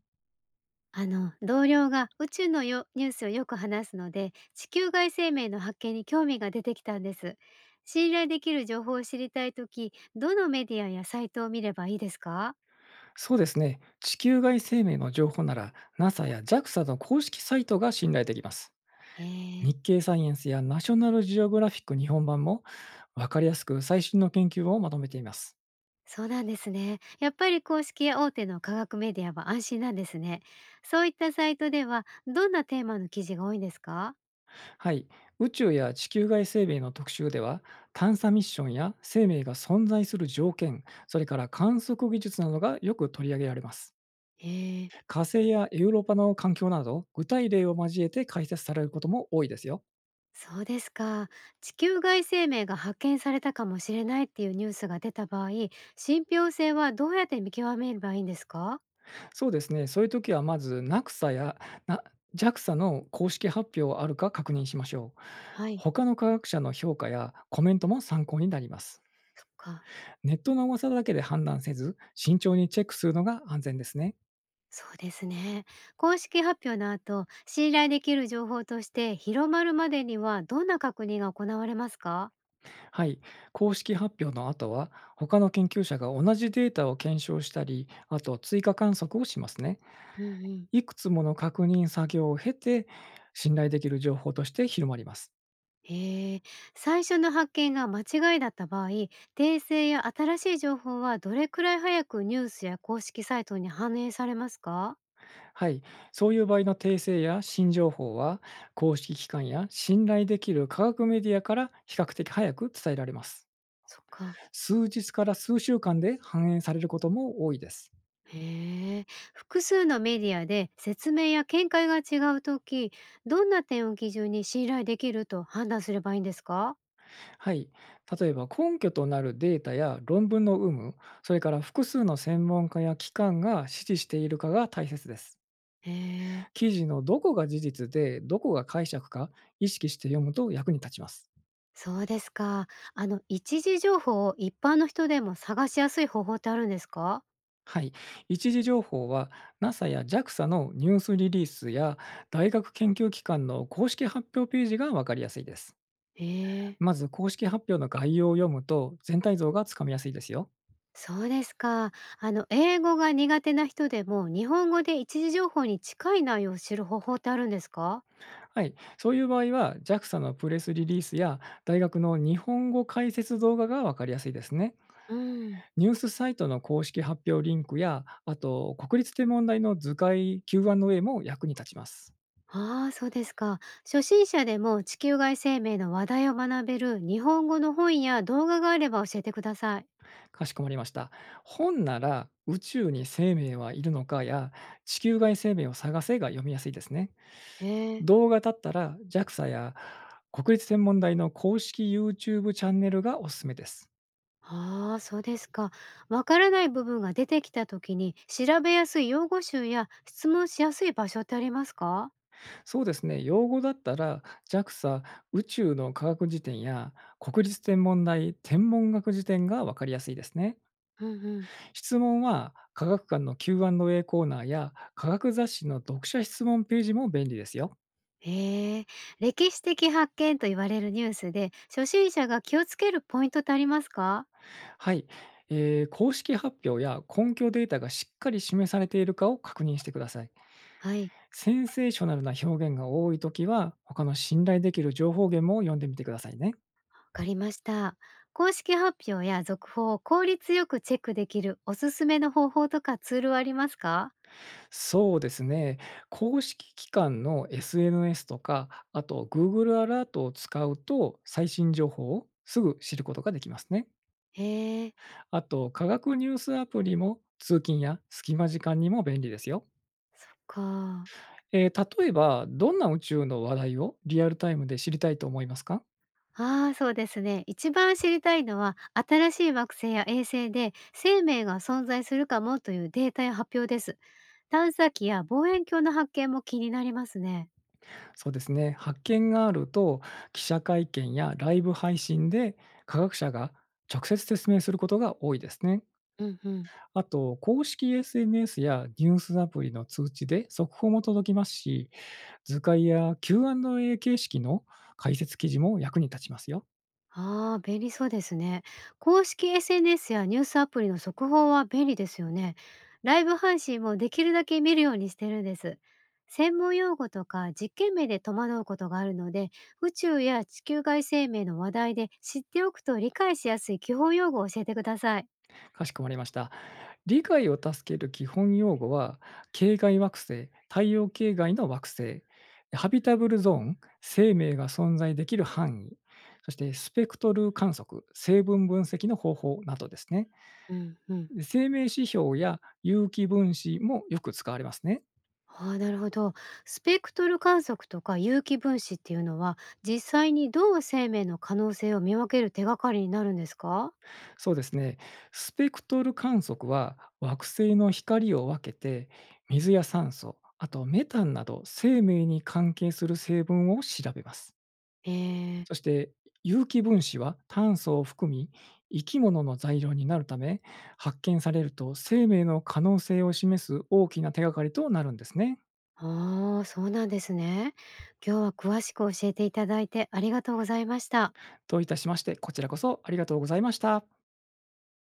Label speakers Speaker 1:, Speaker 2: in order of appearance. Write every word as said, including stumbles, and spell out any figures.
Speaker 1: あの同僚が宇宙のよニュースをよく話すので、地球外生命の発見に興味が出てきたんです。信頼できる情報を知りたいとき、どのメディアやサイトを見ればいいですか？
Speaker 2: そうですね。地球外生命の情報なら NASA や ジャクサ の公式サイトが信頼できます。
Speaker 1: へー。
Speaker 2: 日経サイエンスやナショナルジオグラフィック日本版も分かりやすく最新の研究をまとめています。
Speaker 1: そうなんですね。やっぱり公式や大手の科学メディアは安心なんですね。そういったサイトではどんなテーマの記事が多いんですか？
Speaker 2: はい。宇宙や地球外生命の特集では探査ミッションや生命が存在する条件、それから観測技術などがよく取り上げられます。
Speaker 1: へー。
Speaker 2: 火星やエウロパの環境など具体例を交えて解説されることも多いですよ。
Speaker 1: そうですか。地球外生命が発見されたかもしれないっていうニュースが出た場合、信憑性はどうやって見極めればいいんですか？
Speaker 2: そうですね。そういう時はまずなくさや、な ジェーエー の公式発表はあるか確認しましょう。
Speaker 1: はい。
Speaker 2: 他の科学者の評価やコメントも参考になります。
Speaker 1: そっか。
Speaker 2: ネットの噂だけで判断せず、慎重にチェックするのが安全ですね。
Speaker 1: そうですね。公式発表の後、信頼できる情報として広まるまでにはどんな確認が行われますか？
Speaker 2: はい。公式発表の後は、他の研究者が同じデータを検証したり、あと追加観測をしますね。
Speaker 1: うんうん。
Speaker 2: いくつもの確認作業を経て、信頼できる情報として広まります。
Speaker 1: へえ。最初の発見が間違いだった場合、訂正や新しい情報はどれくらい早くニュースや公式サイトに反映されますか？
Speaker 2: はい、そういう場合の訂正や新情報は、公式機関や信頼できる科学メディアから比較的早く伝えられます。
Speaker 1: そっか。
Speaker 2: 数日から数週間で反映されることも多いです。
Speaker 1: へえ。複数のメディアで説明や見解が違うとき、どんな点を基準に信頼できると判断すればいいんですか？
Speaker 2: はい、例えば根拠となるデータや論文の有無、それから複数の専門家や機関が支持しているかが大切です。
Speaker 1: へえ。
Speaker 2: 記事のどこが事実で、どこが解釈か意識して読むと役に立ちます。
Speaker 1: そうですか。あの、一時情報を一般の人でも探しやすい方法ってあるんですか？
Speaker 2: はい、一次情報は NASA や ジャクサ のニュースリリースや大学研究機関の公式発表ページが分かりやすいです。
Speaker 1: へえ。
Speaker 2: まず公式発表の概要を読むと全体像がつかみやすいですよ。
Speaker 1: そうですか。あの、英語が苦手な人でも日本語で一時情報に近い内容を知る方法ってあるんですか？
Speaker 2: はい、そういう場合は ジャクサ のプレスリリースや大学の日本語解説動画が分かりやすいですね。
Speaker 1: うん。
Speaker 2: ニュースサイトの公式発表リンクやあと国立天文台の図解 キューアンドエー も役に立ちます。
Speaker 1: ああ、そうですか。初心者でも地球外生命の話題を学べる日本語の本や動画があれば教えてください。
Speaker 2: かしこまりました。本なら宇宙に生命はいるのかや地球外生命を探せが読みやすいですね。
Speaker 1: へえ。
Speaker 2: 動画だったら ジャクサ や国立天文台の公式 ユーチューブ チャンネルがおすすめです。
Speaker 1: ああ、そうですか。わからない部分が出てきた時に調べやすい用語集や質問しやすい場所ってありますか？
Speaker 2: そうですね、用語だったら ジャクサ 宇宙の科学辞典や国立天文台天文学辞典がわかりやすいですね。
Speaker 1: うんうん。
Speaker 2: 質問は科学館の キューアンドエー コーナーや科学雑誌の読者質問ページも便利ですよ。
Speaker 1: へえ。歴史的発見と言われるニュースで初心者が気をつけるポイントってありますか？
Speaker 2: はい、えー公式発表や根拠データがしっかり示されているかを確認してください。
Speaker 1: はい。
Speaker 2: センセーショナルな表現が多いときは、他の信頼できる情報源も読んでみてくださいね。
Speaker 1: かりました。公式発表や続報を効率よくチェックできるおすすめの方法とかツールはありますか？
Speaker 2: そうですね、公式機関の エスエヌエス とか、あと グーグル アラートを使うと、最新情報をすぐ知ることができますね。
Speaker 1: へえ。
Speaker 2: あと、科学ニュースアプリも通勤や隙間時間にも便利ですよ。
Speaker 1: そっか。
Speaker 2: えー、例えば、どんな宇宙の話題をリアルタイムで知りたいと思いますか？
Speaker 1: ああ、そうですね。一番知りたいのは、新しい惑星や衛星で生命が存在するかもというデータや発表です。探査機や望遠鏡の発見も気になりますね。
Speaker 2: そうですね。発見があると、記者会見やライブ配信で科学者が直接説明することが多いですね。
Speaker 1: うんうん。
Speaker 2: あと、公式 エスエヌエス やニュースアプリの通知で速報も届きますし、図解や キューアンドエー 形式の解説記事も役に立ちますよ。
Speaker 1: ああ、便利そうですね。公式 エスエヌエス やニュースアプリの速報は便利ですよね。ライブ配信もできるだけ見るようにしてるんです。専門用語とか実験名で戸惑うことがあるので、宇宙や地球外生命の話題で知っておくと理解しやすい基本用語を教えてください。
Speaker 2: かしこまりました。理解を助ける基本用語は、系外惑星、太陽系外の惑星、ハビタブルゾーン、生命が存在できる範囲、そしてスペクトル観測、成分分析の方法などですね。
Speaker 1: うんうん。
Speaker 2: 生命指標や有機分子もよく使われますね。
Speaker 1: ああ、なるほど。スペクトル観測とか有機分子っていうのは、実際にどう生命の可能性を見分ける手がかりになるんですか？
Speaker 2: そうですね。スペクトル観測は惑星の光を分けて、水や酸素、あとメタンなど生命に関係する成分を調べます。
Speaker 1: え
Speaker 2: そし
Speaker 1: え。
Speaker 2: て、有機分子は炭素を含み、生き物の材料になるため、発見されると生命の可能性を示す大きな手がかりとなるんですね。
Speaker 1: ああ、そうなんですね。今日は詳しく教えていただいてありがとうございました。
Speaker 2: といたしまして、こちらこそありがとうございました。